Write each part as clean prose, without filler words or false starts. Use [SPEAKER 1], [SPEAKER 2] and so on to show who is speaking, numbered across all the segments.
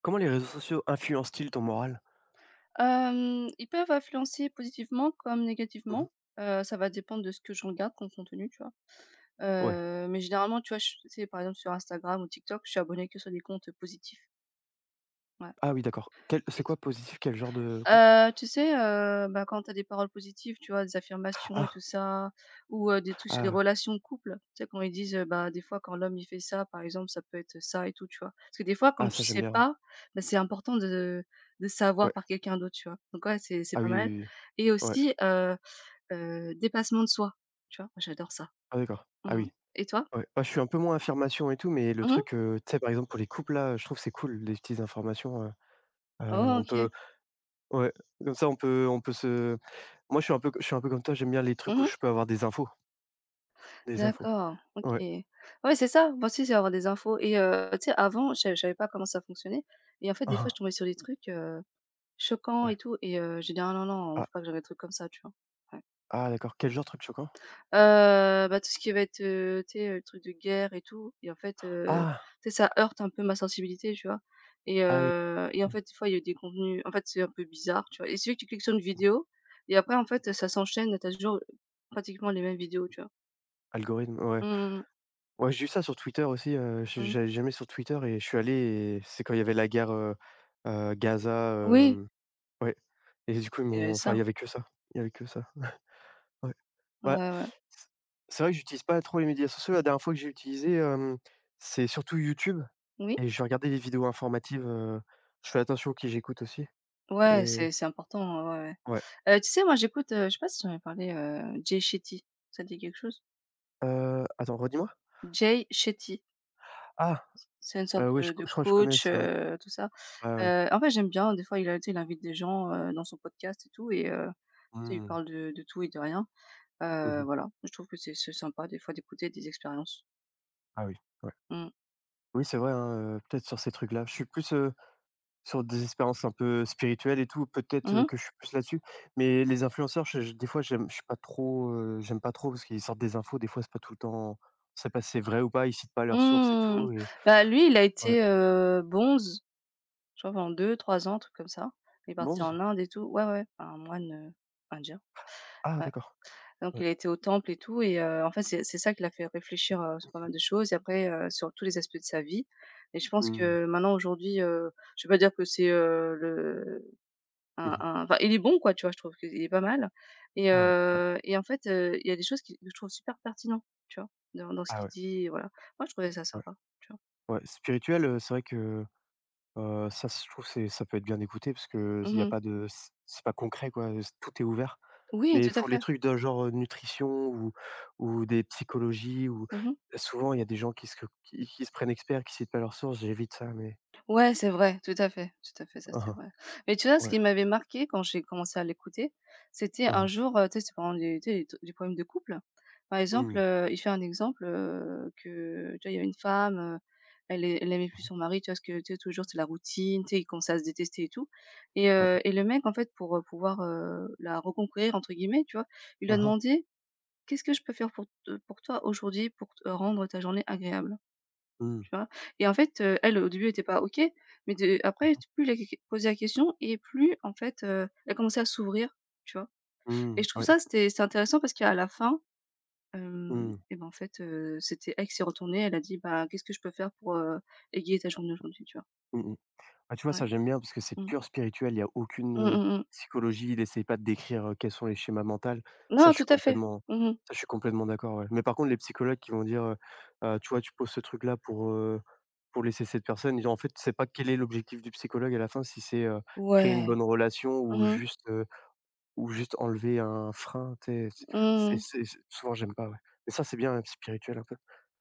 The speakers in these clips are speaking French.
[SPEAKER 1] Comment les réseaux sociaux influencent-ils ton moral?
[SPEAKER 2] Ils peuvent influencer positivement comme
[SPEAKER 1] Mmh.
[SPEAKER 2] négativement. Ça va dépendre de ce que je regarde comme contenu, tu vois?
[SPEAKER 1] Ouais.
[SPEAKER 2] Mais généralement, tu vois, je tu sais, par exemple, sur Instagram ou TikTok, je suis abonnée que sur des comptes positifs. Ouais.
[SPEAKER 1] Ah oui, d'accord. Quel C'est
[SPEAKER 2] et
[SPEAKER 1] quoi
[SPEAKER 2] t
[SPEAKER 1] positif? Quel genre de compte?
[SPEAKER 2] Tu sais, bah, quand tu as des paroles positives, tu vois, des affirmations et tout
[SPEAKER 1] Ah!
[SPEAKER 2] ça ou des trucs sur les
[SPEAKER 1] Ah!
[SPEAKER 2] relations de couple. Tu sais, quand ils disent, bah, des fois, quand l'homme, il fait ça, par exemple, ça peut être ça et tout, tu vois? Parce que des fois, comme
[SPEAKER 1] Ah,
[SPEAKER 2] tu
[SPEAKER 1] ça j'aime
[SPEAKER 2] sais
[SPEAKER 1] bien.
[SPEAKER 2] pas, bah, c'est important de savoir
[SPEAKER 1] Ouais.
[SPEAKER 2] par quelqu'un d'autre, tu vois? Donc ouais, c'est
[SPEAKER 1] Ah
[SPEAKER 2] pas
[SPEAKER 1] oui, oui,
[SPEAKER 2] mal
[SPEAKER 1] oui,
[SPEAKER 2] et
[SPEAKER 1] oui. Ouais.
[SPEAKER 2] aussi, dépassement de soi, tu vois? Moi, j'adore ça.
[SPEAKER 1] Ah d'accord. Ah
[SPEAKER 2] Mmh.
[SPEAKER 1] oui.
[SPEAKER 2] Et toi?
[SPEAKER 1] Ouais. Moi je suis un peu moins affirmation et tout, mais le
[SPEAKER 2] Mmh.
[SPEAKER 1] truc, tu sais par exemple pour les couples là, je trouve que c'est cool les petites informations,
[SPEAKER 2] Oh,
[SPEAKER 1] on
[SPEAKER 2] OK.
[SPEAKER 1] peut ouais, comme ça on peut se moi je suis un peu comme toi, j'aime bien les trucs où
[SPEAKER 2] Mmh.
[SPEAKER 1] je peux avoir des infos, des infos.
[SPEAKER 2] D'accord, OK.
[SPEAKER 1] Ouais.
[SPEAKER 2] Ouais, c'est ça, moi aussi, c'est avoir des infos et tu sais, avant, je savais pas comment ça fonctionnait et en fait, des fois, je
[SPEAKER 1] Ah.
[SPEAKER 2] tombais sur des trucs, choquants
[SPEAKER 1] Ouais.
[SPEAKER 2] et tout et j'ai dit: «Ah non, non,
[SPEAKER 1] Ah,
[SPEAKER 2] faut pas que je des trucs comme ça», tu vois? Ouais.
[SPEAKER 1] ah d'accord. Quel genre de truc choquant?
[SPEAKER 2] Bah, tout ce qui va être, tu sais, truc de guerre et tout et en fait,
[SPEAKER 1] Ah!
[SPEAKER 2] tu sais, ça heurte un peu ma sensibilité, tu vois? Et
[SPEAKER 1] Ah oui,
[SPEAKER 2] heu et en
[SPEAKER 1] oui.
[SPEAKER 2] fait, des fois, il y a des contenus en fait, c'est un peu bizarre, tu vois? Il suffit que tu cliques sur une
[SPEAKER 1] Mmh.
[SPEAKER 2] vidéo et après, en fait, ça s'enchaîne, t'as toujours pratiquement les mêmes vidéos, tu vois?
[SPEAKER 1] Algorithme, ouais.
[SPEAKER 2] Mmh
[SPEAKER 1] Ouais, j'ai eu ça sur Twitter aussi, je
[SPEAKER 2] mh, mmh.
[SPEAKER 1] j'allais jamais sur Twitter et je suis allé et c'est quand il y avait la guerre, Gaza,
[SPEAKER 2] Oui,
[SPEAKER 1] hem, ouais, et du coup, ils m'ont enfin,
[SPEAKER 2] ça.
[SPEAKER 1] il y avait que ça, il y avait que ça, ouais. Bah,
[SPEAKER 2] Ouais, ouais.
[SPEAKER 1] c c'est vrai que j'utilise pas trop les médias sociaux. La dernière fois que j'ai utilisé, c'est surtout YouTube
[SPEAKER 2] Oui.
[SPEAKER 1] et je regardais des vidéos informatives, je fais attention à qui j'écoute aussi,
[SPEAKER 2] Ouais,
[SPEAKER 1] et
[SPEAKER 2] c'est important, ouais, ouais,
[SPEAKER 1] ouais.
[SPEAKER 2] ouais. Tu sais, moi, j'écoute, je sais pas si j'en ai parlé, Jay Shetty, ça te dit quelque chose?
[SPEAKER 1] Attends, redis-moi?
[SPEAKER 2] Jay Shetty.
[SPEAKER 1] Ah!
[SPEAKER 2] C'est une sorte,
[SPEAKER 1] Oui,
[SPEAKER 2] de
[SPEAKER 1] je crois que je connais,
[SPEAKER 2] coach,
[SPEAKER 1] c'est un
[SPEAKER 2] tout ça.
[SPEAKER 1] ouais, ouais.
[SPEAKER 2] En fait, j'aime bien, des fois, il a tu sais, il invite des gens, dans son podcast et tout et tu sais, il
[SPEAKER 1] Mmh.
[SPEAKER 2] parle de tout et de rien.
[SPEAKER 1] Mmh.
[SPEAKER 2] Voilà, je trouve que c'est sympa, des fois, d'écouter des expériences.
[SPEAKER 1] Ah oui, ouais.
[SPEAKER 2] Mmh.
[SPEAKER 1] Oui, c'est vrai, hein, peut-être sur ces trucs-là. Je suis plus, sur des expériences un peu spirituelles et tout, peut-être,
[SPEAKER 2] Mmh mh.
[SPEAKER 1] que je suis plus là-dessus. Mais les influenceurs, je des fois, j'aime je suis pas trop, j'aime pas trop parce qu'ils sortent des infos, des fois, c'est pas tout le temps, on sait pas si c'est vrai ou pas, ils citent pas leurs sources et
[SPEAKER 2] Mmh.
[SPEAKER 1] tout, et
[SPEAKER 2] Bah, lui, il a
[SPEAKER 1] ouais.
[SPEAKER 2] été, bonze, je crois pendant deux trois ans, un truc comme ça. Il est parti
[SPEAKER 1] Bronze?
[SPEAKER 2] en Inde et tout. Ouais, ouais, un moine, indien,
[SPEAKER 1] Ah
[SPEAKER 2] ouais.
[SPEAKER 1] d'accord,
[SPEAKER 2] Donc
[SPEAKER 1] ouais.
[SPEAKER 2] il a été au temple et tout et en fait, c'est ça qui l'a fait réfléchir, sur pas mal de choses et après, sur tous les aspects de sa vie et je pense
[SPEAKER 1] Mmh.
[SPEAKER 2] que maintenant aujourd'hui, je vais pas dire que c'est, le
[SPEAKER 1] Mmh.
[SPEAKER 2] un enfin, il est bon quoi, tu vois? Je trouve qu'il est pas mal et
[SPEAKER 1] Ah ouais, ouais.
[SPEAKER 2] heu et en fait, il y a des choses qui que je trouve super pertinentes, tu vois? Dans ce
[SPEAKER 1] Ah
[SPEAKER 2] qu'il
[SPEAKER 1] ouais,
[SPEAKER 2] dit, et voilà. Moi, je trouvais ça
[SPEAKER 1] ouais.
[SPEAKER 2] sympa, tu vois?
[SPEAKER 1] Ouais, spirituel, c'est vrai que, ça, je trouve, c'est ça peut être bien écouté parce que il y a
[SPEAKER 2] Mmh.
[SPEAKER 1] pas de c'est pas concret, quoi, tout est ouvert.
[SPEAKER 2] Oui,
[SPEAKER 1] Mais ils
[SPEAKER 2] tout à
[SPEAKER 1] font les
[SPEAKER 2] fait.
[SPEAKER 1] trucs d'un genre, nutrition ou des psychologies ou
[SPEAKER 2] Mmh.
[SPEAKER 1] souvent il y a des gens qui se prennent experts, qui citent pas leurs sources, j'évite ça, mais
[SPEAKER 2] Ouais, c'est vrai, tout à fait, ça
[SPEAKER 1] ah,
[SPEAKER 2] c'est
[SPEAKER 1] hein.
[SPEAKER 2] vrai. Mais tu vois, ce
[SPEAKER 1] Ouais.
[SPEAKER 2] qui m'avait marqué quand j'ai commencé à l'écouter, c'était
[SPEAKER 1] Ah,
[SPEAKER 2] un
[SPEAKER 1] hein.
[SPEAKER 2] jour, tu sais, c'est parlant des tu sais, des problèmes de couple. Par exemple,
[SPEAKER 1] Mmh.
[SPEAKER 2] il fait un exemple, que, tu vois, il y avait une femme, elle aimait plus son mari, tu vois? Parce que, tu sais, toujours c'est la routine, tu sais, ils commençaient à se détester et tout et
[SPEAKER 1] Ouais.
[SPEAKER 2] heu et le mec, en fait, pour, pouvoir, la «reconquérir» entre guillemets, tu vois? Il lui a
[SPEAKER 1] Ah, hein.
[SPEAKER 2] demandé: «Qu'est-ce que je peux faire pour toi aujourd'hui pour te rendre ta journée agréable?»
[SPEAKER 1] Mmh.
[SPEAKER 2] Tu vois? Et en fait, elle, au début, elle était pas OK, mais de après,
[SPEAKER 1] Mmh.
[SPEAKER 2] plus je lui posé la question et plus, en fait, elle a commencé à s'ouvrir, tu vois?
[SPEAKER 1] Mmh.
[SPEAKER 2] Et je trouve
[SPEAKER 1] Ouais.
[SPEAKER 2] ça, c'est intéressant parce qu'à la fin, hem
[SPEAKER 1] Mmh.
[SPEAKER 2] et ben, en fait, c'était elle qui s'est retournée, elle a dit: «Bah, qu'est-ce que je peux faire pour, égayer ta journée aujourd'hui?» tu vois?
[SPEAKER 1] Mmh. Ah, tu vois,
[SPEAKER 2] Ouais.
[SPEAKER 1] ça, j'aime bien parce que c'est
[SPEAKER 2] Mmh.
[SPEAKER 1] pur spirituel. Il y a aucune
[SPEAKER 2] Mmh mh, mmh. Mmh.
[SPEAKER 1] psychologie. Il essaye pas de décrire, quels sont les schémas mentaux. Ça,
[SPEAKER 2] Non,
[SPEAKER 1] je suis
[SPEAKER 2] tout à fait.
[SPEAKER 1] complètement
[SPEAKER 2] Mmh.
[SPEAKER 1] ça, je suis complètement d'accord, ouais. Mais par contre, les psychologues qui vont dire: Tu vois, tu poses ce truc-là pour laisser cette personne», et en fait, c'est pas quel est l'objectif du psychologue à la fin, si c'est, créer une
[SPEAKER 2] Ouais.
[SPEAKER 1] bonne relation
[SPEAKER 2] Mmh mh.
[SPEAKER 1] ou juste enlever un frein, tu sais? C'est
[SPEAKER 2] Mmh.
[SPEAKER 1] c'est c'est souvent, j'aime pas, ouais. Mais ça, c'est bien, hein, spirituel un peu.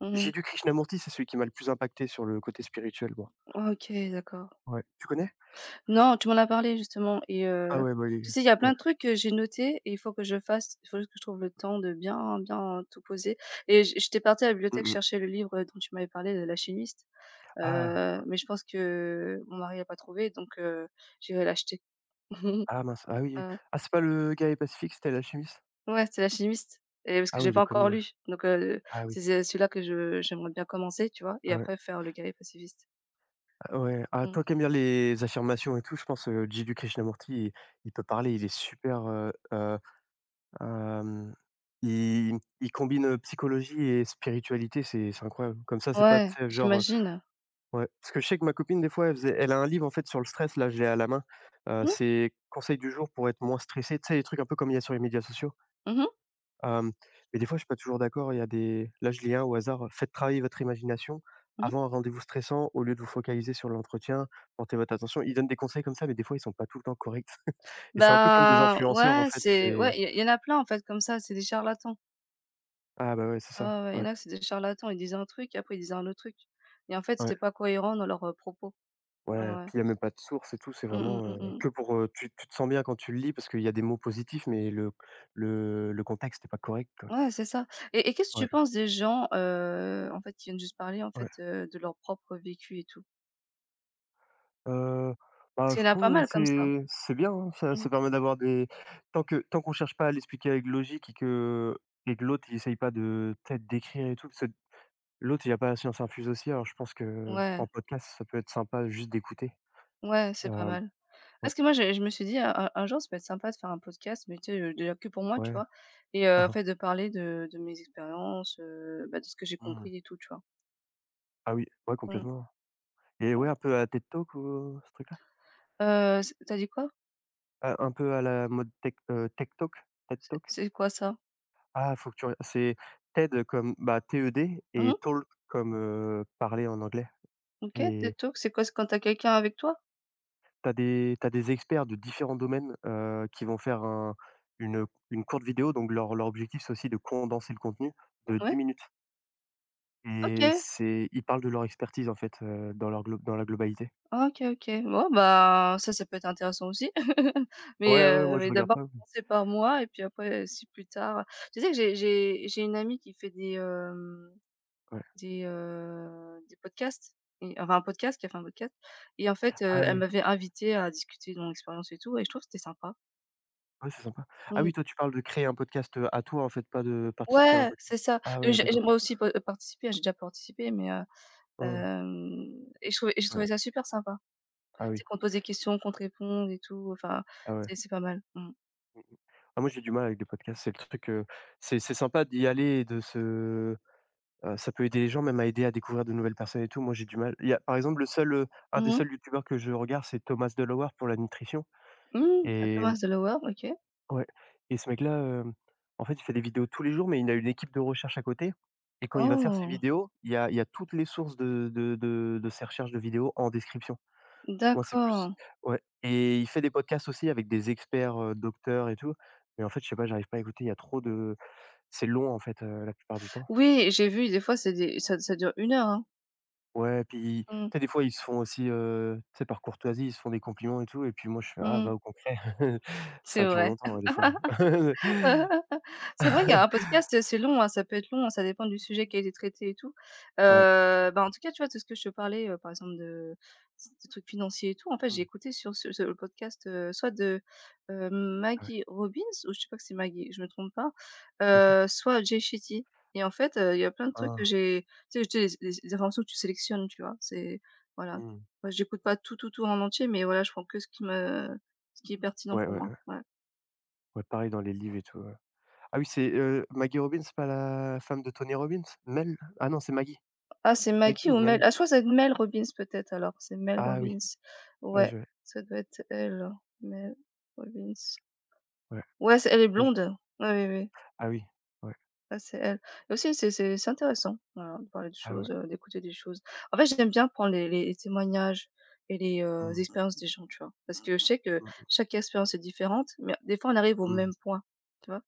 [SPEAKER 2] Mmh.
[SPEAKER 1] Jiddu Krishnamurti, c'est celui qui m'a le plus impacté sur le côté spirituel, moi.
[SPEAKER 2] OK, d'accord.
[SPEAKER 1] Ouais. Tu connais?
[SPEAKER 2] Non, tu m'en as parlé justement et
[SPEAKER 1] Ah ouais, bah,
[SPEAKER 2] tu
[SPEAKER 1] il
[SPEAKER 2] sais, il y a plein
[SPEAKER 1] ouais.
[SPEAKER 2] de trucs que j'ai notés et il faut que je fasse. Il faut juste que je trouve le temps de bien bien tout poser et j'étais partie à la
[SPEAKER 1] Mmh
[SPEAKER 2] bibliothèque
[SPEAKER 1] mh.
[SPEAKER 2] chercher le livre dont tu m'avais parlé, de L'Alchimiste,
[SPEAKER 1] Ah!
[SPEAKER 2] mais je pense que mon mari l'a pas trouvé donc j'irai l'acheter.
[SPEAKER 1] Ah mince, ah oui, oui.
[SPEAKER 2] Heu,
[SPEAKER 1] Ah, c'est pas le gars des Pacifiques, c'était l'alchimiste?
[SPEAKER 2] ouais, c'est L'Alchimiste et parce que
[SPEAKER 1] Ah oui,
[SPEAKER 2] j'ai
[SPEAKER 1] il
[SPEAKER 2] pas
[SPEAKER 1] est
[SPEAKER 2] encore
[SPEAKER 1] connu,
[SPEAKER 2] lu donc
[SPEAKER 1] ah oui,
[SPEAKER 2] c'est celui-là que je j'aimerais bien commencer, tu vois? Et
[SPEAKER 1] ah ouais,
[SPEAKER 2] après faire Le Guerrier Pacifiste.
[SPEAKER 1] ah ouais. Ah,
[SPEAKER 2] Mmh.
[SPEAKER 1] toi qui aimes bien les affirmations et tout, je pense, Jiddu Krishnamurti, il peut parler, il est super, hem, il combine, psychologie et spiritualité, c'est incroyable. Comme ça, c'est pas, tu
[SPEAKER 2] Ouais,
[SPEAKER 1] sais, genre,
[SPEAKER 2] j'imagine.
[SPEAKER 1] ouais. Parce que je sais que ma copine, des fois, elle a un livre, en fait, sur le stress, là, je l'ai à la main.
[SPEAKER 2] Mmh.
[SPEAKER 1] C'est conseils du jour pour être moins stressé, tu sais, les trucs un peu comme il y a sur les médias sociaux.
[SPEAKER 2] Mmh mh.
[SPEAKER 1] Hem, mais des fois, je suis pas toujours d'accord. Il y a des là, je lis un au hasard, «Faites travailler votre imagination
[SPEAKER 2] Mmh.
[SPEAKER 1] avant un rendez-vous stressant, au lieu de vous focaliser sur l'entretien, portez votre attention». Ils donnent des conseils comme ça, mais des fois, ils sont pas tout le temps corrects, et c'est un peu comme des
[SPEAKER 2] Ben,
[SPEAKER 1] influenceurs, en
[SPEAKER 2] ouais,
[SPEAKER 1] fait,
[SPEAKER 2] c'est
[SPEAKER 1] c'est
[SPEAKER 2] ouais, il y en a plein, en fait, comme ça, c'est des charlatans.
[SPEAKER 1] ah, bah, ouais, c'est
[SPEAKER 2] Ah
[SPEAKER 1] ça,
[SPEAKER 2] ouais, ouais, il y en
[SPEAKER 1] ouais,
[SPEAKER 2] a, que c'est des charlatans, ils disent un truc et après ils disent un autre truc et en fait,
[SPEAKER 1] ouais,
[SPEAKER 2] c'est pas cohérent dans leurs, propos. Ouais,
[SPEAKER 1] ouais,
[SPEAKER 2] ouais.
[SPEAKER 1] puis il y a même pas de source et tout, c'est
[SPEAKER 2] Mmh, mmh,
[SPEAKER 1] vraiment,
[SPEAKER 2] mmh, mmh.
[SPEAKER 1] que pour, tu te sens bien quand tu le lis parce qu'il y a des mots positifs, mais le contexte est pas correct, quoi.
[SPEAKER 2] Ouais, c'est ça et qu'est-ce que
[SPEAKER 1] Ouais,
[SPEAKER 2] tu penses des gens, en fait, qui viennent juste parler, en fait,
[SPEAKER 1] ouais.
[SPEAKER 2] de leur propre vécu et tout?
[SPEAKER 1] Heu,
[SPEAKER 2] Parce
[SPEAKER 1] Bah,
[SPEAKER 2] qu'il
[SPEAKER 1] je
[SPEAKER 2] y en a
[SPEAKER 1] trouve,
[SPEAKER 2] pas mal comme ça.
[SPEAKER 1] c'est bien, hein. Ça
[SPEAKER 2] Mmh.
[SPEAKER 1] ça permet d'avoir des tant que tant qu'on cherche pas à l'expliquer avec logique et que l'autre il essaye pas de peut-être d'écrire et tout, parce que l'autre il a pas la science infuse aussi, alors je pense que
[SPEAKER 2] Ouais,
[SPEAKER 1] en podcast, ça peut être sympa juste d'écouter.
[SPEAKER 2] ouais, c'est pas
[SPEAKER 1] Hem,
[SPEAKER 2] mal.
[SPEAKER 1] ouais,
[SPEAKER 2] Parce que moi, j'ai je me suis dit: «Un jour, ça peut être sympa de faire un podcast, mais tu sais, déjà que pour moi», tu
[SPEAKER 1] ouais.
[SPEAKER 2] vois? Et
[SPEAKER 1] Hein,
[SPEAKER 2] en
[SPEAKER 1] hein.
[SPEAKER 2] fait, de parler de mes expériences, bah, de ce que j'ai
[SPEAKER 1] Mmh.
[SPEAKER 2] compris et tout, tu vois?
[SPEAKER 1] Ah oui, ouais,
[SPEAKER 2] Mmh.
[SPEAKER 1] complètement, et ouais, un peu à TED Talk ou ce truc-là?
[SPEAKER 2] C Tu dit quoi?
[SPEAKER 1] Un peu à la mode tech, Tech Talk? TED
[SPEAKER 2] C'est
[SPEAKER 1] Talk?
[SPEAKER 2] c'est quoi ça?
[SPEAKER 1] Ah, faut que tu re c'est TED comme, bah, TED et
[SPEAKER 2] Mmh.
[SPEAKER 1] Talk comme, parler en anglais,
[SPEAKER 2] OK, TED
[SPEAKER 1] et
[SPEAKER 2] Talk, c'est quoi? C'est quand t'as quelqu'un avec toi?
[SPEAKER 1] T'as des experts de différents domaines, qui vont faire une, une courte vidéo, donc leur objectif, c'est aussi de condenser le contenu de 10
[SPEAKER 2] Ouais?
[SPEAKER 1] minutes et
[SPEAKER 2] OK.
[SPEAKER 1] c'est ils parlent de leur expertise, en fait, dans leur glo dans la globalité.
[SPEAKER 2] OK, OK. Bon, bah, ça peut être intéressant aussi. Mais
[SPEAKER 1] Ouais, ouais, ouais,
[SPEAKER 2] heu,
[SPEAKER 1] moi, je
[SPEAKER 2] mais
[SPEAKER 1] regarde
[SPEAKER 2] d'abord
[SPEAKER 1] pas, mais
[SPEAKER 2] commencer par moi et puis après, si plus tard tu sais que j'ai une amie qui fait des,
[SPEAKER 1] ouais.
[SPEAKER 2] des podcasts et enfin un podcast qui a fait un podcast et en fait,
[SPEAKER 1] Ah
[SPEAKER 2] elle
[SPEAKER 1] oui,
[SPEAKER 2] m'avait invité à discuter de mon expérience et tout et je trouve que c'était sympa.
[SPEAKER 1] ouais, c'est sympa. Ah
[SPEAKER 2] Mmh.
[SPEAKER 1] oui, toi, tu parles de créer un podcast, à toi, en fait, pas de participer à un
[SPEAKER 2] Ouais, c'est
[SPEAKER 1] podcast?
[SPEAKER 2] ça.
[SPEAKER 1] Ah ouais, d'accord.
[SPEAKER 2] J'aimerais aussi pa participer, hein, j'ai déjà participé, mais
[SPEAKER 1] Hein,
[SPEAKER 2] hem et je trouvais et j'ai
[SPEAKER 1] ouais.
[SPEAKER 2] trouvé ça super sympa.
[SPEAKER 1] Ah oui,
[SPEAKER 2] C'est qu'on te pose des questions, qu'on te réponde et tout, enfin,
[SPEAKER 1] ah ouais.
[SPEAKER 2] c'est pas mal. Mmh.
[SPEAKER 1] Ah moi, j'ai du mal avec les podcasts, c'est le truc, c'est sympa d'y aller et de se Ça peut aider les gens, même à aider à découvrir de nouvelles personnes et tout. Moi, j'ai du mal. Il y a par exemple un des
[SPEAKER 2] Mmh mh.
[SPEAKER 1] seuls youtubeurs que je regarde, c'est Thomas Delaware pour la nutrition
[SPEAKER 2] Mmh, à
[SPEAKER 1] et
[SPEAKER 2] Thomas Delaware, OK.
[SPEAKER 1] mmh, ouais, et ce mec-là, en fait, il fait des vidéos tous les jours, mais il a une équipe de recherche à côté, et quand il va faire ses
[SPEAKER 2] Oh,
[SPEAKER 1] vidéos, il y a toutes les sources de ses recherches de vidéos en description. Moi, c'est plus
[SPEAKER 2] d'accord.
[SPEAKER 1] ouais, et il fait des podcasts aussi avec des experts, docteurs et tout, mais en fait, je sais pas, j'arrive pas à écouter, il y a trop de c'est long, en fait, la plupart du temps.
[SPEAKER 2] Oui, j'ai vu des fois c'est des ça ça dure une heure, hein.
[SPEAKER 1] Ouais, puis, tu
[SPEAKER 2] Mmh.
[SPEAKER 1] sais, des fois, ils se font aussi, tu sais, par courtoisie, ils se font des compliments et tout, et puis moi, je fais: «Ah,
[SPEAKER 2] Mmh.
[SPEAKER 1] va au concret».
[SPEAKER 2] C'est
[SPEAKER 1] Ça dure
[SPEAKER 2] vrai.
[SPEAKER 1] longtemps, hein, des fois.
[SPEAKER 2] C'est vrai qu'un podcast, c'est long, hein, ça peut être long, hein, ça dépend du sujet qui a été traité et tout.
[SPEAKER 1] Ouais.
[SPEAKER 2] Bah, en tout cas, tu vois, tout ce que je te parlais, par exemple de trucs financiers et tout, en fait, j'ai
[SPEAKER 1] Mmh.
[SPEAKER 2] écouté sur ce ce le podcast, soit de,
[SPEAKER 1] Ah, ouais.
[SPEAKER 2] Maggie Robbins ou je sais pas que c'est Maggie, je me trompe pas,
[SPEAKER 1] OK.
[SPEAKER 2] soit Jay Shetty et en fait, il y a plein de trucs que
[SPEAKER 1] Ah.
[SPEAKER 2] j'ai tu sais, les informations que tu sélectionnes, tu vois? C'est voilà.
[SPEAKER 1] Mmh.
[SPEAKER 2] Moi, j'écoute pas tout, tout, tout en entier, mais voilà, je prends que ce qui est pertinent
[SPEAKER 1] Ouais,
[SPEAKER 2] pour
[SPEAKER 1] ouais,
[SPEAKER 2] moi.
[SPEAKER 1] ouais.
[SPEAKER 2] Ouais.
[SPEAKER 1] Ouais, pareil dans les livres et tout, ouais. Ah oui, c'est, Maggie Robbins, c'est pas la femme de Tony Robbins? Mel? Ah non, c'est Maggie.
[SPEAKER 2] Ah, c'est
[SPEAKER 1] Maggie
[SPEAKER 2] Maggie
[SPEAKER 1] ou
[SPEAKER 2] ou Mel?
[SPEAKER 1] Mel?
[SPEAKER 2] Ah, je crois que ça Mel Robbins peut-être alors. C'est Mel
[SPEAKER 1] Ah oui.
[SPEAKER 2] Robbins.
[SPEAKER 1] Ouais,
[SPEAKER 2] Ouais,
[SPEAKER 1] je ouais.
[SPEAKER 2] ça doit être elle, hein. Mel Robbins. Ouais, c'est elle est
[SPEAKER 1] Ouais.
[SPEAKER 2] blonde. Ouais, oui, oui. Ouais.
[SPEAKER 1] Ah oui. Ouais.
[SPEAKER 2] Ah, c'est elle. Et aussi, c'est intéressant, voilà, de parler de
[SPEAKER 1] Ah ouais.
[SPEAKER 2] choses, d'écouter des choses. En fait, j'aime bien prendre les témoignages et les,
[SPEAKER 1] Mmh.
[SPEAKER 2] expériences des gens, tu vois? Parce que je sais que
[SPEAKER 1] Mmh mh.
[SPEAKER 2] chaque expérience est différente, mais des fois, on arrive au même
[SPEAKER 1] Mmh.
[SPEAKER 2] point, tu vois?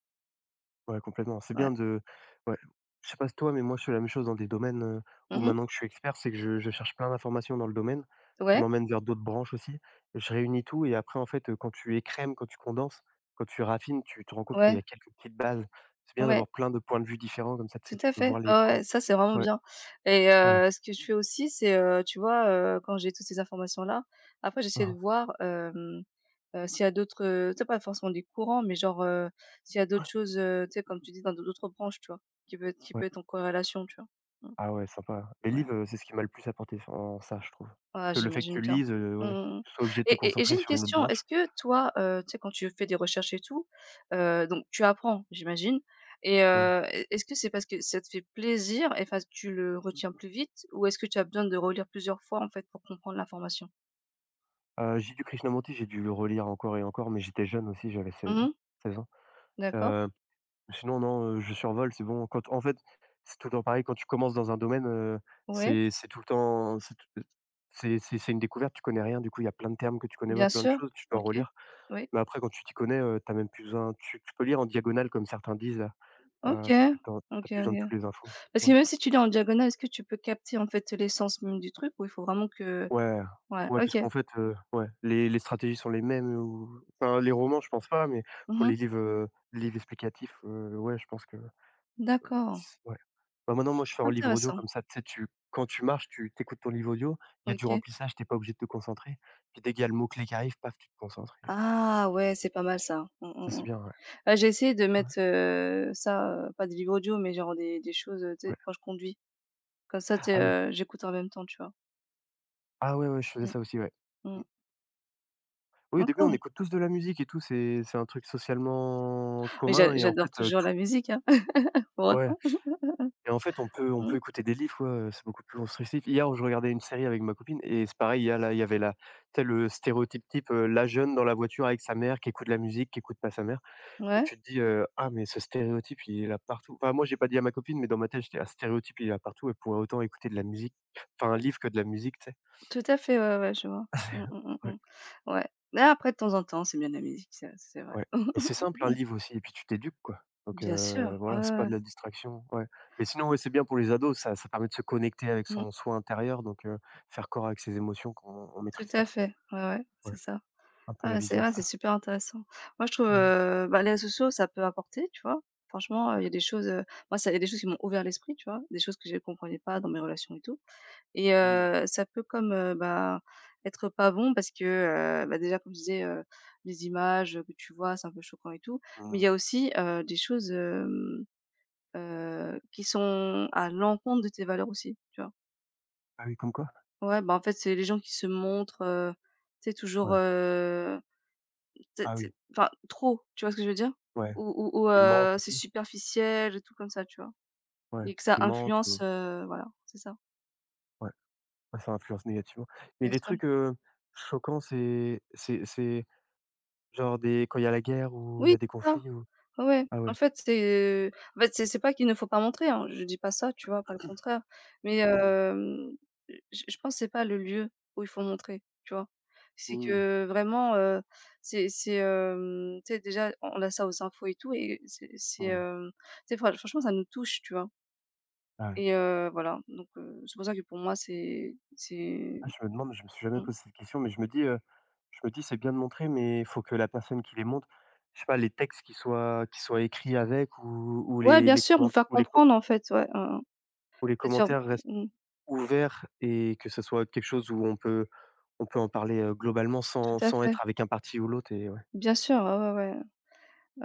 [SPEAKER 1] Ouais, complètement. C'est
[SPEAKER 2] Ouais.
[SPEAKER 1] bien de ouais, je sais pas si toi, mais moi, je fais la même chose dans des domaines, où
[SPEAKER 2] Mmh.
[SPEAKER 1] maintenant que je suis expert, c'est que je cherche plein d'informations dans le domaine qui
[SPEAKER 2] Ouais,
[SPEAKER 1] m'emmènent vers d'autres branches aussi. Je réunis tout et après, en fait, quand tu écrèmes, quand tu condenses, quand tu raffines, tu te rends compte qu'il y
[SPEAKER 2] ouais,
[SPEAKER 1] a quelques petites bases. C'est bien
[SPEAKER 2] ouais.
[SPEAKER 1] d'avoir plein de points de vue différents comme ça, tu
[SPEAKER 2] Tout
[SPEAKER 1] sais, tu
[SPEAKER 2] à
[SPEAKER 1] peux
[SPEAKER 2] fait.
[SPEAKER 1] voir
[SPEAKER 2] Ouais,
[SPEAKER 1] les points.
[SPEAKER 2] ouais, ça, c'est vraiment
[SPEAKER 1] Ouais,
[SPEAKER 2] bien et
[SPEAKER 1] ouais.
[SPEAKER 2] ce que je fais aussi, c'est, tu vois, quand j'ai toutes ces informations-là, après j'essaie de
[SPEAKER 1] Aha.
[SPEAKER 2] voir, s'il y a d'autres, tu sais pas forcément des courants, mais genre, s'il y a
[SPEAKER 1] Ouais,
[SPEAKER 2] d'autres choses, tu sais comme tu dis dans d'autres branches, tu vois? Qui peut
[SPEAKER 1] ouais.
[SPEAKER 2] être en corrélation, tu vois?
[SPEAKER 1] Ah
[SPEAKER 2] Mmh,
[SPEAKER 1] ouais, sympa. Les
[SPEAKER 2] ouais.
[SPEAKER 1] livres, c'est ce qui m'a le plus apporté en ça, je trouve.
[SPEAKER 2] Ah,
[SPEAKER 1] Parce que le fait que
[SPEAKER 2] j'imagine
[SPEAKER 1] tu
[SPEAKER 2] bien.
[SPEAKER 1] lises,
[SPEAKER 2] Mmh
[SPEAKER 1] ouais,
[SPEAKER 2] mh, mmh.
[SPEAKER 1] tu sois obligé de te
[SPEAKER 2] Et j'ai
[SPEAKER 1] concentrer
[SPEAKER 2] une
[SPEAKER 1] sur une autre
[SPEAKER 2] question,
[SPEAKER 1] branche.
[SPEAKER 2] est-ce que toi, tu sais, quand tu fais des recherches et tout, donc tu apprends, j'imagine et
[SPEAKER 1] Hein.
[SPEAKER 2] est-ce que c'est parce que ça te fait plaisir et enfin tu le retiens plus vite ou est-ce que tu as besoin de relire plusieurs fois, en fait, pour comprendre l'information?
[SPEAKER 1] J'ai du Krishnamurti, j'ai dû le relire encore et encore, mais j'étais jeune aussi, j'avais 16 ans
[SPEAKER 2] Mhm.
[SPEAKER 1] 16 ans.
[SPEAKER 2] D'accord.
[SPEAKER 1] Heu, Sinon non, je survole, c'est bon. Quand en fait, c'est tout le temps pareil, quand tu commences dans un domaine,
[SPEAKER 2] Oui,
[SPEAKER 1] c'est tout le temps c'est tout c'est une découverte, tu connais rien, du coup, il y a plein de termes que tu connais pas,
[SPEAKER 2] bien
[SPEAKER 1] plein de
[SPEAKER 2] sûr.
[SPEAKER 1] choses, tu dois
[SPEAKER 2] OK.
[SPEAKER 1] relire.
[SPEAKER 2] Oui.
[SPEAKER 1] Mais après, quand tu t'y connais, tu même plus besoin tu tu peux lire en diagonale comme certains disent là,
[SPEAKER 2] OK.
[SPEAKER 1] parce que t'as as
[SPEAKER 2] OK,
[SPEAKER 1] plus besoin de
[SPEAKER 2] OK.
[SPEAKER 1] toutes les infos.
[SPEAKER 2] Parce que
[SPEAKER 1] Ouais.
[SPEAKER 2] même si tu lis en diagonale, est-ce que tu peux capter, en fait, l'essence même du truc ou il faut vraiment que
[SPEAKER 1] Ouais,
[SPEAKER 2] ouais,
[SPEAKER 1] ouais,
[SPEAKER 2] OK.
[SPEAKER 1] parce qu'en fait, ouais, les stratégies sont les mêmes ou enfin, les romans, je pense pas, mais pour les
[SPEAKER 2] Mhm.
[SPEAKER 1] livres, livres explicatifs, ouais, je pense que
[SPEAKER 2] D'accord.
[SPEAKER 1] s ouais. Bah, maintenant, moi, je fais en livre audio
[SPEAKER 2] Intéressant.
[SPEAKER 1] comme ça, tu sais, tu quand tu marches, tu t'écoutes ton livre audio, il y a du
[SPEAKER 2] OK.
[SPEAKER 1] remplissage, t'es pas obligé de te concentrer, puis dès qu'il y a le mot-clé qui arrive, paf, tu te concentres et
[SPEAKER 2] Ah ouais, c'est pas mal ça. Mmh,
[SPEAKER 1] ça,
[SPEAKER 2] mmh,
[SPEAKER 1] c'est
[SPEAKER 2] mmh.
[SPEAKER 1] bien, ouais.
[SPEAKER 2] Bah, j'ai essayé de
[SPEAKER 1] Ouais,
[SPEAKER 2] mettre, ça, pas des livres audio, mais genre des choses, tu sais,
[SPEAKER 1] ouais.
[SPEAKER 2] quand je conduis. Comme ça, tu
[SPEAKER 1] Ah oui.
[SPEAKER 2] sais, j'écoute en même temps, tu vois?
[SPEAKER 1] Ah ouais, ouais, je faisais
[SPEAKER 2] Mmh,
[SPEAKER 1] ça aussi, ouais.
[SPEAKER 2] mmh.
[SPEAKER 1] Mmh. Oui, au début, on
[SPEAKER 2] D'accord.
[SPEAKER 1] écoute tous de la musique et tout, c'est un truc socialement
[SPEAKER 2] Mais
[SPEAKER 1] commun et en
[SPEAKER 2] j'adore
[SPEAKER 1] fait,
[SPEAKER 2] toujours
[SPEAKER 1] tout
[SPEAKER 2] la musique, hein, pour
[SPEAKER 1] ouais.
[SPEAKER 2] autant.
[SPEAKER 1] Et en fait, on peut on
[SPEAKER 2] Mmh.
[SPEAKER 1] peut écouter des livres, quoi, c'est beaucoup plus constructif. Hier, je regardais une série avec ma copine et c'est pareil, il y avait la tu sais le stéréotype type, la jeune dans la voiture avec sa mère qui écoute la musique, qui écoute pas sa mère et
[SPEAKER 2] Ouais,
[SPEAKER 1] tu te dis, «Ah mais ce stéréotype, il est là partout». Enfin, moi, j'ai pas dit à ma copine, mais dans ma tête, j'étais: «Ah ce stéréotype, il est là partout, elle pourrait autant écouter de la musique, enfin un livre que de la musique», tu sais?
[SPEAKER 2] tout à fait, ouais, ouais, je vois. Mmh, mmh, mmh,
[SPEAKER 1] Ouais.
[SPEAKER 2] mmh. Ouais. Mais après de temps en temps, c'est bien de la musique, c'est vrai.
[SPEAKER 1] Ouais et c'est simple un livre aussi et puis tu t'éduques quoi. Donc
[SPEAKER 2] Bien sûr, ouais,
[SPEAKER 1] voilà,
[SPEAKER 2] ouais,
[SPEAKER 1] c'est pas
[SPEAKER 2] ouais.
[SPEAKER 1] de la distraction, ouais. Mais sinon, ouais, c'est bien pour les ados, ça permet de se connecter avec
[SPEAKER 2] Mmh.
[SPEAKER 1] son soi intérieur donc faire corps avec ses émotions qu'on on
[SPEAKER 2] Tout
[SPEAKER 1] maîtrise pas
[SPEAKER 2] à
[SPEAKER 1] trop.
[SPEAKER 2] fait, ouais, ouais,
[SPEAKER 1] Ouais,
[SPEAKER 2] c'est ça.
[SPEAKER 1] un peu la
[SPEAKER 2] Ah
[SPEAKER 1] vice
[SPEAKER 2] c'est vrai, c'est
[SPEAKER 1] versa.
[SPEAKER 2] super intéressant. Moi je trouve,
[SPEAKER 1] Ouais.
[SPEAKER 2] bah, les réseaux sociaux ça peut apporter, tu vois? Franchement, il y a des choses, moi ça il y a des choses qui m'ont ouvert l'esprit, tu vois? Des choses que je ne comprenais pas dans mes relations et tout et
[SPEAKER 1] Mmh,
[SPEAKER 2] ça peut comme, bah, être pas bon parce que, bah, déjà comme je disais, les images, que tu vois, c'est un peu choquant et tout. Mais il
[SPEAKER 1] mmh.
[SPEAKER 2] y a aussi, des choses, qui sont à l'encontre de tes valeurs aussi, tu vois?
[SPEAKER 1] Ah oui, comme quoi?
[SPEAKER 2] Ouais, bah, en fait, c'est les gens qui se montrent, tu sais toujours.
[SPEAKER 1] Ouais.
[SPEAKER 2] Tu sais
[SPEAKER 1] Ah oui,
[SPEAKER 2] enfin trop, tu vois ce que je veux dire?
[SPEAKER 1] ouais.
[SPEAKER 2] Ou ou
[SPEAKER 1] Qui mentent
[SPEAKER 2] c'est
[SPEAKER 1] aussi.
[SPEAKER 2] superficiel et tout comme ça, tu vois?
[SPEAKER 1] Ouais,
[SPEAKER 2] Et que ça
[SPEAKER 1] qui mentent ou
[SPEAKER 2] influence, voilà, c'est ça,
[SPEAKER 1] ouais, ouais, ça influence négativement. Mais
[SPEAKER 2] bien
[SPEAKER 1] les
[SPEAKER 2] sûr.
[SPEAKER 1] trucs, choquants, c'est genre des quand il y a la guerre ou il
[SPEAKER 2] Oui,
[SPEAKER 1] y a des
[SPEAKER 2] c'est ça,
[SPEAKER 1] conflits ou
[SPEAKER 2] ouais, ouais.
[SPEAKER 1] ah
[SPEAKER 2] En
[SPEAKER 1] ouais.
[SPEAKER 2] fait, c'est pas qu'il ne faut pas montrer, hein, je dis pas ça, tu vois? Pas le contraire. Mais
[SPEAKER 1] Mmh,
[SPEAKER 2] je pense que c'est pas le lieu où il faut montrer, tu vois? C'est
[SPEAKER 1] mmh,
[SPEAKER 2] que vraiment, tu sais déjà on a ça aux infos et tout et
[SPEAKER 1] mmh.
[SPEAKER 2] tu sais franchement ça nous touche, tu vois?
[SPEAKER 1] Ah ouais.
[SPEAKER 2] Et voilà, donc c'est pour ça que pour moi c'est
[SPEAKER 1] Ah, je me demande, je me suis jamais
[SPEAKER 2] mmh.
[SPEAKER 1] posé cette question, mais je me dis: «C'est bien de montrer, mais il faut que la personne qui les montre, je sais pas, les textes qui soient écrits avec ou
[SPEAKER 2] Ouais, bien
[SPEAKER 1] les
[SPEAKER 2] sûr, nous
[SPEAKER 1] comment
[SPEAKER 2] faire
[SPEAKER 1] ou les co
[SPEAKER 2] comprendre en fait, ouais, hein, hein.
[SPEAKER 1] ou les
[SPEAKER 2] Bien sûr,
[SPEAKER 1] commentaires restent
[SPEAKER 2] mmh,
[SPEAKER 1] ouverts et que ce soit quelque chose où on peut en parler, globalement
[SPEAKER 2] tout à
[SPEAKER 1] sans
[SPEAKER 2] fait.
[SPEAKER 1] être avec un parti ou l'autre» et ouais,
[SPEAKER 2] Bien sûr, ouais, ouais, ouais.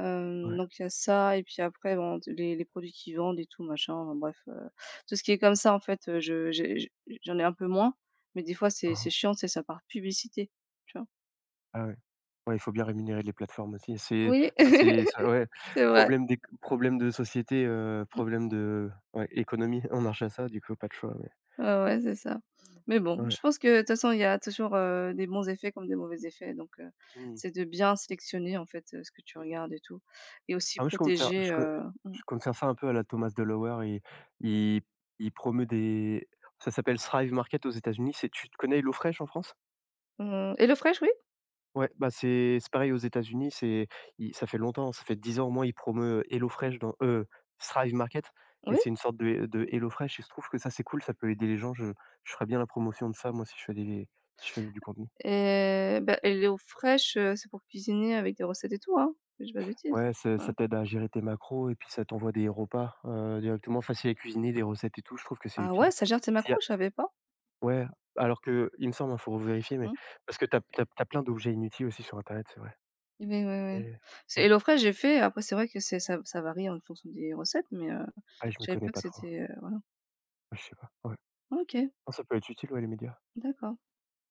[SPEAKER 1] ouais.
[SPEAKER 2] Donc il y a ça et puis après bon t les produits qu'ils vendent et tout machin, enfin bref, tout ce qui est comme ça en fait, je j'ai j j'en ai un peu moins, mais des fois c'est
[SPEAKER 1] Mmh.
[SPEAKER 2] c'est chiant, c'est ça par publicité, tu vois?
[SPEAKER 1] Ah ouais. Ouais, il faut bien rémunérer les plateformes aussi.
[SPEAKER 2] Oui,
[SPEAKER 1] C'est ça ouais,
[SPEAKER 2] c'est vrai.
[SPEAKER 1] problème de société, problème de ouais, économie, on marche à ça, du coup, pas de choix, mais
[SPEAKER 2] Ouais, ouais, c'est ça. Mais bon,
[SPEAKER 1] ouais.
[SPEAKER 2] je pense que de toute façon, il y a toujours, des bons effets comme des mauvais effets, donc
[SPEAKER 1] Mmh.
[SPEAKER 2] c'est de bien sélectionner, en fait, ce que tu regardes et tout et aussi
[SPEAKER 1] Ah oui,
[SPEAKER 2] protéger, mmh,
[SPEAKER 1] je compte faire ça un peu à la Thomas Delaware. Il il promeut des ça s'appelle Thrive Market aux États-Unis. C'est tu connais HelloFresh en France?
[SPEAKER 2] mmh, HelloFresh, oui,
[SPEAKER 1] Ouais, bah, c'est pareil aux États-Unis, c'est il ça fait longtemps, ça fait 10 ans au moins, il promeut HelloFresh dans Thrive Market et
[SPEAKER 2] oui
[SPEAKER 1] c'est une sorte de HelloFresh et je trouve que ça, c'est cool, ça peut aider les gens. Je ferais bien la promotion de ça, moi, si je fais du contenu.
[SPEAKER 2] et bah, HelloFresh, c'est pour cuisiner avec des recettes et tout, hein? Si je dis pas de bêtises?
[SPEAKER 1] Ouais,
[SPEAKER 2] Ouais.
[SPEAKER 1] ça t'aide à gérer tes macros et puis ça t'envoie des repas, directement facile à cuisiner, des recettes et tout. Je trouve que c'est
[SPEAKER 2] Ah ouais,
[SPEAKER 1] utile.
[SPEAKER 2] ça gère tes
[SPEAKER 1] S'il y
[SPEAKER 2] macros?
[SPEAKER 1] a
[SPEAKER 2] Je savais pas.
[SPEAKER 1] ouais, alors que il me semble, il faut vérifier, mais
[SPEAKER 2] Mmh.
[SPEAKER 1] parce que tu as plein d'objets inutiles aussi sur internet, c'est vrai.
[SPEAKER 2] Mais oui ouais.
[SPEAKER 1] Mais
[SPEAKER 2] C'est
[SPEAKER 1] ouais,
[SPEAKER 2] et l'eau fraîche j'ai fait, après c'est vrai que c'est ça ça varie en fonction des recettes, mais
[SPEAKER 1] ah, je
[SPEAKER 2] je
[SPEAKER 1] me
[SPEAKER 2] savais
[SPEAKER 1] connais
[SPEAKER 2] pas que
[SPEAKER 1] pas trop.
[SPEAKER 2] c'était, voilà.
[SPEAKER 1] Ouais, je sais pas, ouais.
[SPEAKER 2] OK,
[SPEAKER 1] Non, ça peut être utile, ouais, les médias.
[SPEAKER 2] d'accord.